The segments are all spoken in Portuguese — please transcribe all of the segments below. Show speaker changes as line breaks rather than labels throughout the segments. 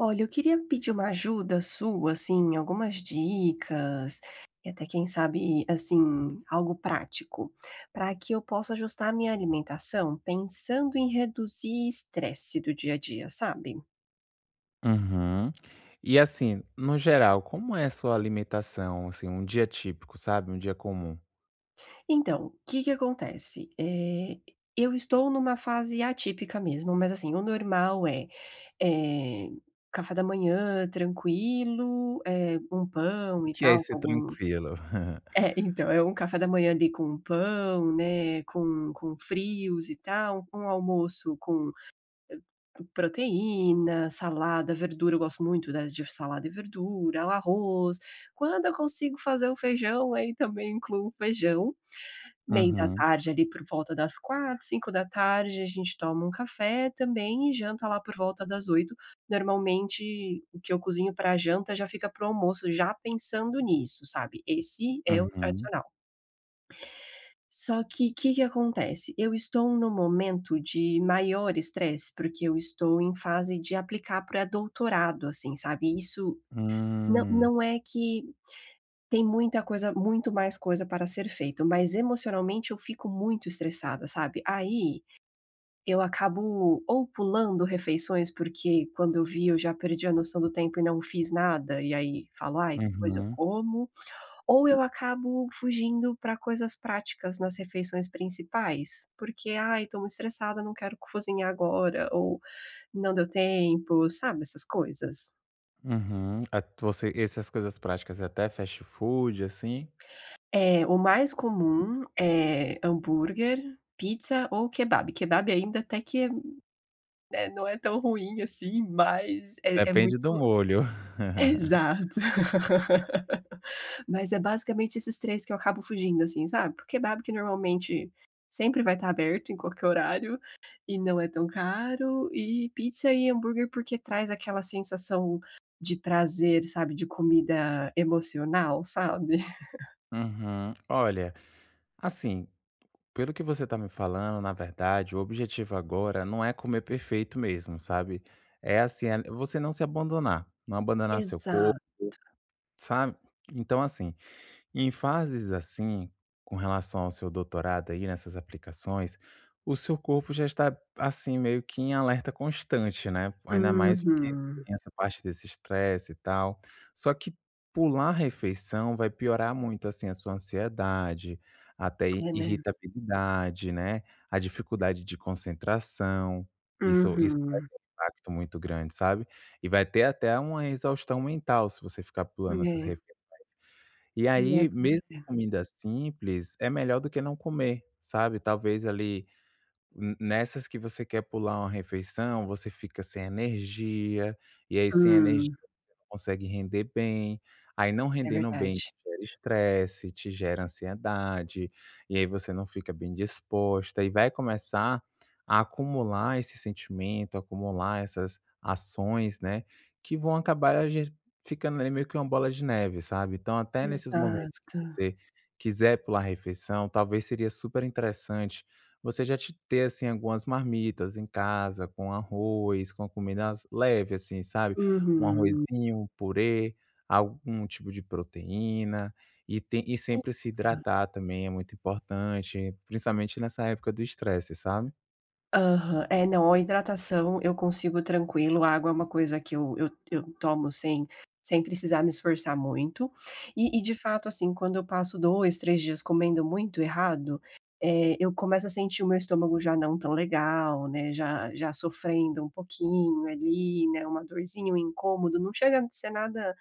Olha, eu queria pedir uma ajuda sua, assim, algumas dicas, e até quem sabe, assim, algo prático, para que eu possa ajustar a minha alimentação pensando em reduzir estresse do dia a dia, sabe?
Uhum. E assim, no geral, como é a sua alimentação, assim, um dia típico, sabe, um dia comum?
Então, o que que acontece? Eu estou numa fase atípica mesmo, mas assim, o normal é, eh, café da manhã tranquilo, um pão
O
e
que é
tal, com
esse
algum
tranquilo?
É, então, é um café da manhã ali com pão, né, com frios e tal, um almoço com proteína, salada, verdura, eu gosto muito, né, de salada e verdura, o arroz. Quando eu consigo fazer o feijão, aí também incluo o feijão. Meio da
Uhum,
tarde ali por volta das 4, 5 da tarde a gente toma um café também e janta lá por volta das 8. Normalmente o que eu cozinho para janta já fica para almoço, já pensando nisso, sabe, esse é o
uhum.
tradicional. Só que o que que acontece? Eu estou no momento de maior estresse, porque eu estou em fase de aplicar para doutorado, assim, sabe, isso não
Hum,
não é que tem muita coisa muito mais coisa para ser feito, mas emocionalmente eu fico muito estressada, sabe. Aí, eu acabo ou pulando refeições, porque quando eu vi eu já perdi a noção do tempo e não fiz nada, e aí falo: "Ai, depois eu
uhum,
como". Ou eu acabo fugindo para coisas práticas nas refeições principais, porque: "Ai, tô muito estressada, não quero cozinhar agora", ou "Não deu tempo", sabe, essas coisas.
uhum. A você essas coisas práticas, é até fast food, assim?
É, o mais comum é hambúrguer, pizza ou kebab. Kebab ainda até que, né, não é tão ruim assim, mas é
Depende do
muito
molho.
exato. Mas é basicamente esses 3 que eu acabo fugindo, assim, sabe. Porque kebab que normalmente sempre vai estar aberto em qualquer horário e não é tão caro, e pizza e hambúrguer porque traz aquela sensação de prazer, sabe, de comida emocional, sabe.
Uhum. Olha, assim, pelo que você tá me falando, na verdade, o objetivo agora não é comer perfeito mesmo, sabe. É assim, é você não se abandonar, não abandonar seu corpo.
Exato.
Sabe? Então, assim, e em fases assim, com relação ao seu doutorado aí nessas aplicações, o seu corpo já está, assim, meio que em alerta constante, né, ainda mais porque
Uhum.
tem essa parte desse estresse e tal. Só que pular a refeição vai piorar muito, assim, a sua ansiedade, até i
É, né.
irritabilidade, né, a dificuldade de concentração, isso vai
Uhum.
ter um impacto muito grande, sabe. E vai ter até uma exaustão mental se você ficar pulando essas
É.
refeições. E
É,
aí,
pois
mesmo
é.
comida simples, é melhor do que não comer, sabe. Talvez ali, n nessas que você quer pular uma refeição, você fica sem energia, e aí sem energia
Hum,
não consegue render bem, aí não
é
rendendo bem te
verdade.
gera estresse, te gera ansiedade, e aí você não fica bem disposta e vai começar a acumular esse sentimento, acumular essas ações, né, que vão acabar ge ficando ali meio que uma bola de neve, sabe. Então até nesses momentos que
Exato.
você quiser pular a refeição, talvez seria super interessante você já te ter, assim, algumas marmitas em casa com arroz, com comidas leve, assim, sabe. Um
Uhum.
arrozinho, um purê, algum tipo de proteína e tem e sempre se hidratar também é muito importante, principalmente nessa época do estresse, sabe.
Aham. É, não, a hidratação eu consigo tranquilo, a água é uma coisa que eu tomo sem sem precisar me esforçar muito. E de fato, assim, quando eu passo 2, 3 dias comendo muito errado, eu começo a sentir o meu estômago já não tão legal, né, já já sofrendo um pouquinho ali, né, uma dorzinha, um incômodo, não chega a ser nada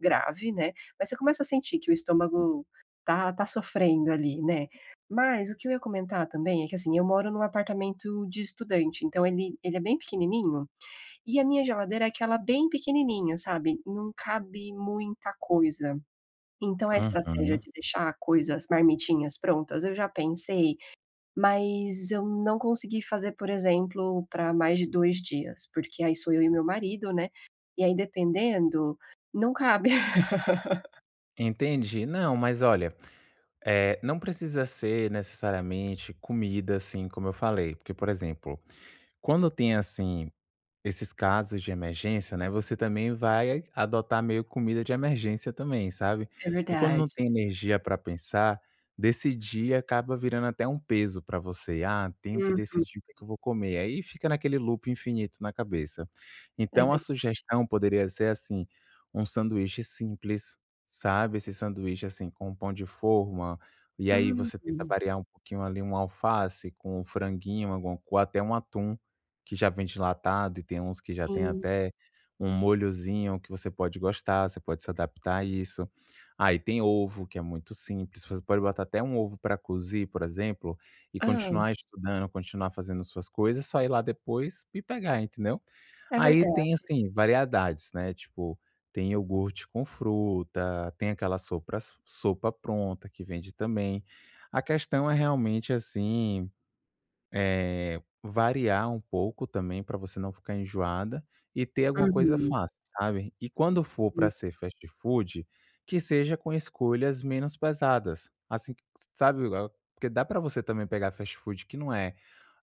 grave, né, mas você começa a sentir que o estômago tá tá sofrendo ali, né. Mas o que eu ia comentar também é que, assim, eu moro num apartamento de estudante, então ele é bem pequenininho, e a minha geladeira é aquela bem pequenininha, sabe, não cabe muita coisa. Então a estratégia
Aham.
de deixar coisas, marmitinhas prontas, eu já pensei, mas eu não consegui fazer, por exemplo, para mais de 2 dias, porque aí sou eu e meu marido, né, e aí dependendo, não cabe.
Entendi. Não, mas olha, não precisa ser necessariamente comida, assim, como eu falei, porque, por exemplo, quando tem assim esses casos de emergência, né, você também vai adotar meio comida de emergência também, sabe.
É
Porque quando
verdade.
não tem energia para pensar, decidir acaba virando até um peso para você. "Ah, tenho que
Uhum.
decidir o que é que eu vou comer", aí fica naquele loop infinito na cabeça.
É
Então a
verdade.
sugestão poderia ser, assim, um sanduíche simples, sabe, esse sanduíche, assim, com pão de forma, e aí
Hum,
você tenta variar um pouquinho ali, um alface com um franguinho, alguma co até um atum que já vem enlatado e tem uns que já tem
sim.
até um molhozinho que você pode gostar, você pode se adaptar a isso. Aí tem ovo, que é muito simples, você pode botar até um ovo para cozer, por exemplo, e
Ah,
continuar estudando, continuar fazendo suas coisas, só ir lá depois e pegar, entendeu.
é
Aí
verdade.
tem, assim, variedades, né, tipo, tem iogurte com fruta, tem aquela sopa pronta que vende também. A questão é realmente, assim, variar um pouco também para você não ficar enjoada e ter alguma coisa
Uhum,
fácil, sabe. E quando for
uhum.
para ser fast food, que seja com escolhas menos pesadas, assim, sabe. Ah, porque dá para você também pegar fast food que não é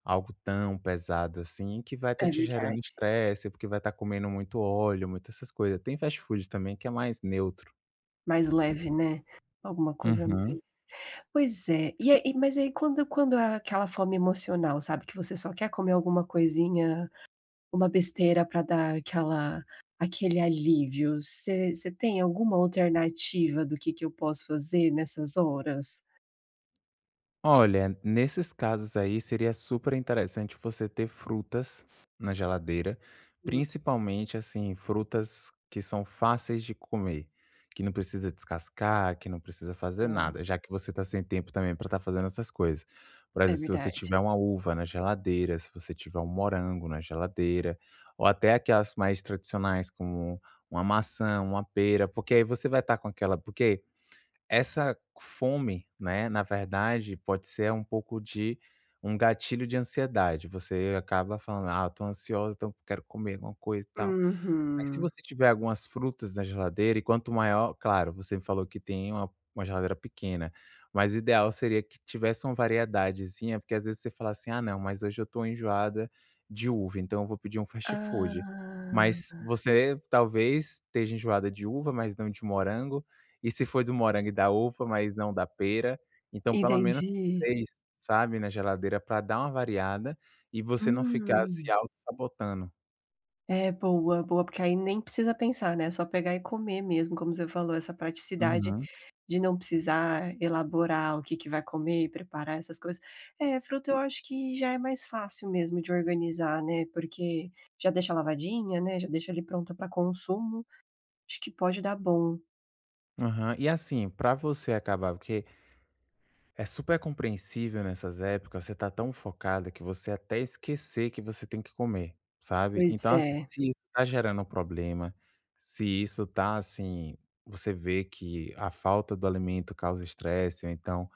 algo tão pesado assim, que vai estar
É
te gerando
verdade.
estresse, porque vai estar comendo muito óleo, muitas essas coisas. Tem fast food também que é mais neutro.
Mais leve, né, alguma coisa mais
Uhum.
pois é, e aí mas aí quando quando é aquela fome emocional, sabe, que você só quer comer alguma coisinha, uma besteira pra dar aquela aquele alívio, você tem alguma alternativa do que eu posso fazer nessas horas?
Olha, nesses casos aí seria super interessante você ter frutas na geladeira,
Hum,
principalmente assim, frutas que são fáceis de comer, que não precisa descascar, que não precisa fazer
tá.
nada, já que você está sem tempo também para estar fazendo essas coisas. Por
É
exemplo, se você
verdade.
tiver uma uva na geladeira, se você tiver um morango na geladeira, ou até aquelas mais tradicionais como uma maçã, uma pera, porque aí você vai estar com aquela, porque essa fome, né, na verdade, pode ser um pouco de um gatilho de ansiedade. Você acaba falando: "Ah, eu tô ansiosa, então quero comer alguma coisa e tal". Mas se
Uhum.
você tiver algumas frutas na geladeira e quanto maior claro, você me falou que tem uma geladeira pequena, mas o ideal seria que tivesse uma variedadezinha, porque às vezes você fala assim: "Ah não, mas hoje eu estou enjoada de uva, então eu vou pedir um fast food".
Ah,
Mas você talvez esteja enjoada de uva, mas não de morango, e se for do morango e da uva, mas não da pera, então pelo menos
entendi.
3, sabe, na geladeira para dar uma variada e você não ficar se
Hum.
sabotando.
É, boa, boa, porque aí nem precisa pensar, né, é só pegar e comer mesmo, como você falou, essa praticidade
Uhum.
de não precisar elaborar o que que vai comer preparar essas coisas. É, fruta eu acho que já é mais fácil mesmo de organizar, né, porque já deixa lavadinha, né, já deixa ali pronta para consumo, acho que pode dar bom.
Aham. E assim, pra você acabar porque é super compreensível nessas épocas, você tá tão focada que você até esquecer que você tem que comer, sabe.
Pois
Então assim,
é.
se isso tá gerando um problema, se isso tá assim, você vê que a falta do alimento causa estresse ou então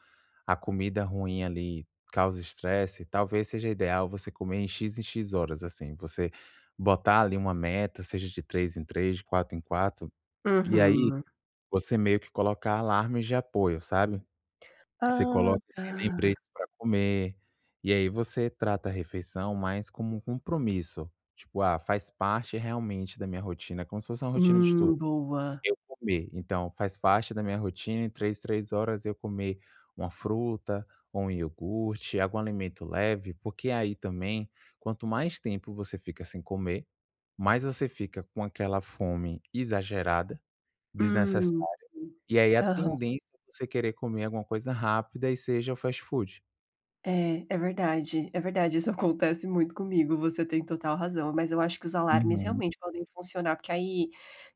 a comida ruim ali causa estresse, talvez seja ideal você comer em "x" horas, assim, você botar ali uma meta, seja de 3 em 3, de 4 em 4, e aí
Uhum.
você meio que colocar alarmes de apoio, sabe. Você
Ah,
coloca, assim,
tá.
lembretes para comer, e aí você trata a refeição mais como um compromisso, tipo: "Ah, faz parte realmente da minha rotina", como se fosse uma rotina de estudo,
Boa.
eu comer, então faz parte da minha rotina em 3, 3 horas eu comer uma fruta ou um iogurte, algum alimento leve, porque aí também, quanto mais tempo você fica sem comer, mais você fica com aquela fome exagerada,
Hum.
desnecessária, e aí a
Aham.
tendência é você querer comer alguma coisa rápida e seja o fast food.
É, é verdade, isso acontece muito comigo, você tem total razão, mas eu acho que os alarmes
Uhum.
realmente podem funcionar, porque aí,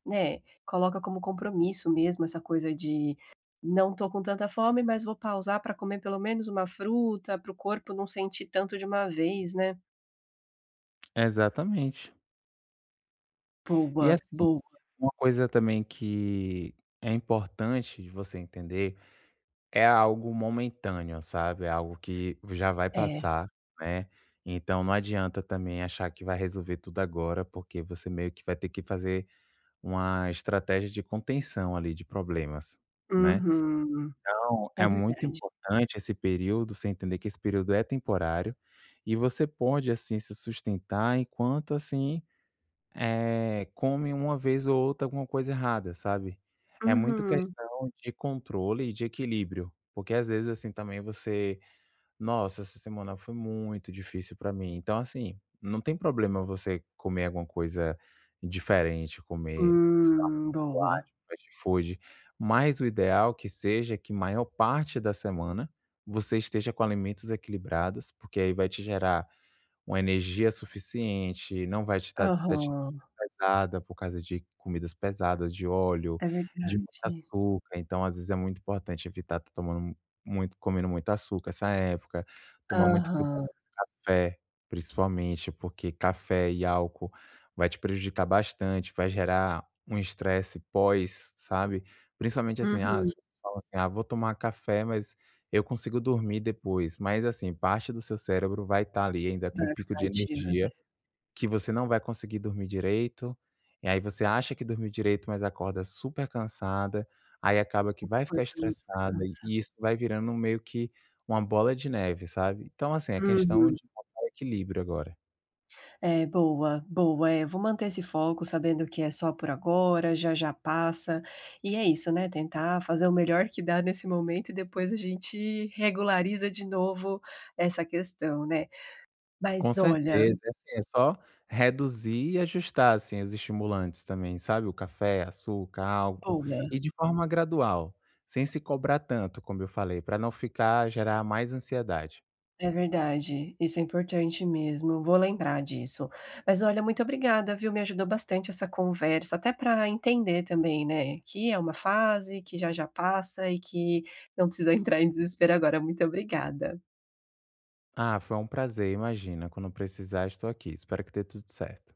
né, coloca como compromisso mesmo essa coisa de não tô com tanta fome, mas vou pausar para comer pelo menos uma fruta, para o corpo não sentir tanto de uma vez, né.
Exatamente. E
Boa,
assim,
boa.
uma coisa também que é importante de você entender, é algo momentâneo, sabe, é algo que já vai
É.
passar, né, então não adianta também achar que vai resolver tudo agora, porque você meio que vai ter que fazer uma estratégia de contenção ali de problemas, né.
Uhum.
Então,
É
é muito
verdade.
importante esse período, você entender que esse período é temporário, e você pode, assim, se sustentar enquanto, assim, come uma vez ou outra alguma coisa errada, sabe. É muito
Uhum.
questão de controle e de equilíbrio, porque às vezes, assim, também você, nossa, essa semana foi muito difícil pra mim. Então, assim, não tem problema você comer alguma coisa diferente, comer, sei lá,
Boa.
chocolate, fast food, mas o ideal que seja que maior parte da semana você esteja com alimentos equilibrados, porque aí vai te gerar uma energia suficiente, não vai te tá te
Aham.
deixando pesada por causa de comidas pesadas, de óleo,
É
de muito
verdade.
açúcar. Então, às vezes, é muito importante evitar estar tomando muito, comendo muito açúcar essa época, tomar muito cuidado
Aham.
com café, principalmente, porque café e álcool vai te prejudicar bastante, vai gerar um estresse pós, sabe. Principalmente assim, ah, as
Uhum.
pessoas falam assim: "Ah, vou tomar café, mas eu consigo dormir depois", mas assim, parte do seu cérebro vai estar ali ainda com
Vai
um pico
ficar
de
ativa.
energia que você não vai conseguir dormir direito, e aí você acha que dormiu direito, mas acorda super cansada, aí acaba que vai
Quando
ficar
não
estressada,
descansa.
e isso vai virando meio que uma bola de neve, sabe. Então, assim, é questão
Uhum.
de encontrar equilíbrio agora.
É, boa, boa. É, vou manter esse foco sabendo que é só por agora, já já passa. E é isso, né, tentar fazer o melhor que dá nesse momento e depois a gente regulariza de novo essa questão, né.
Com
Mas olha
certeza, é assim, é só reduzir e ajustar, assim, os estimulantes também, sabe, o café, açúcar, álcool,
boa.
e de forma gradual, sem se cobrar tanto, como eu falei, para não ficar gerar mais ansiedade.
É verdade, isso é importante mesmo, vou lembrar disso. Mas olha, muito obrigada, viu, me ajudou bastante essa conversa, até para entender também, né, que é uma fase, que já já passa e que não precisa entrar em desespero agora. Muito obrigada.
Ah, foi um prazer, imagina. Quando precisar, estou aqui. Espero que dê tudo certo.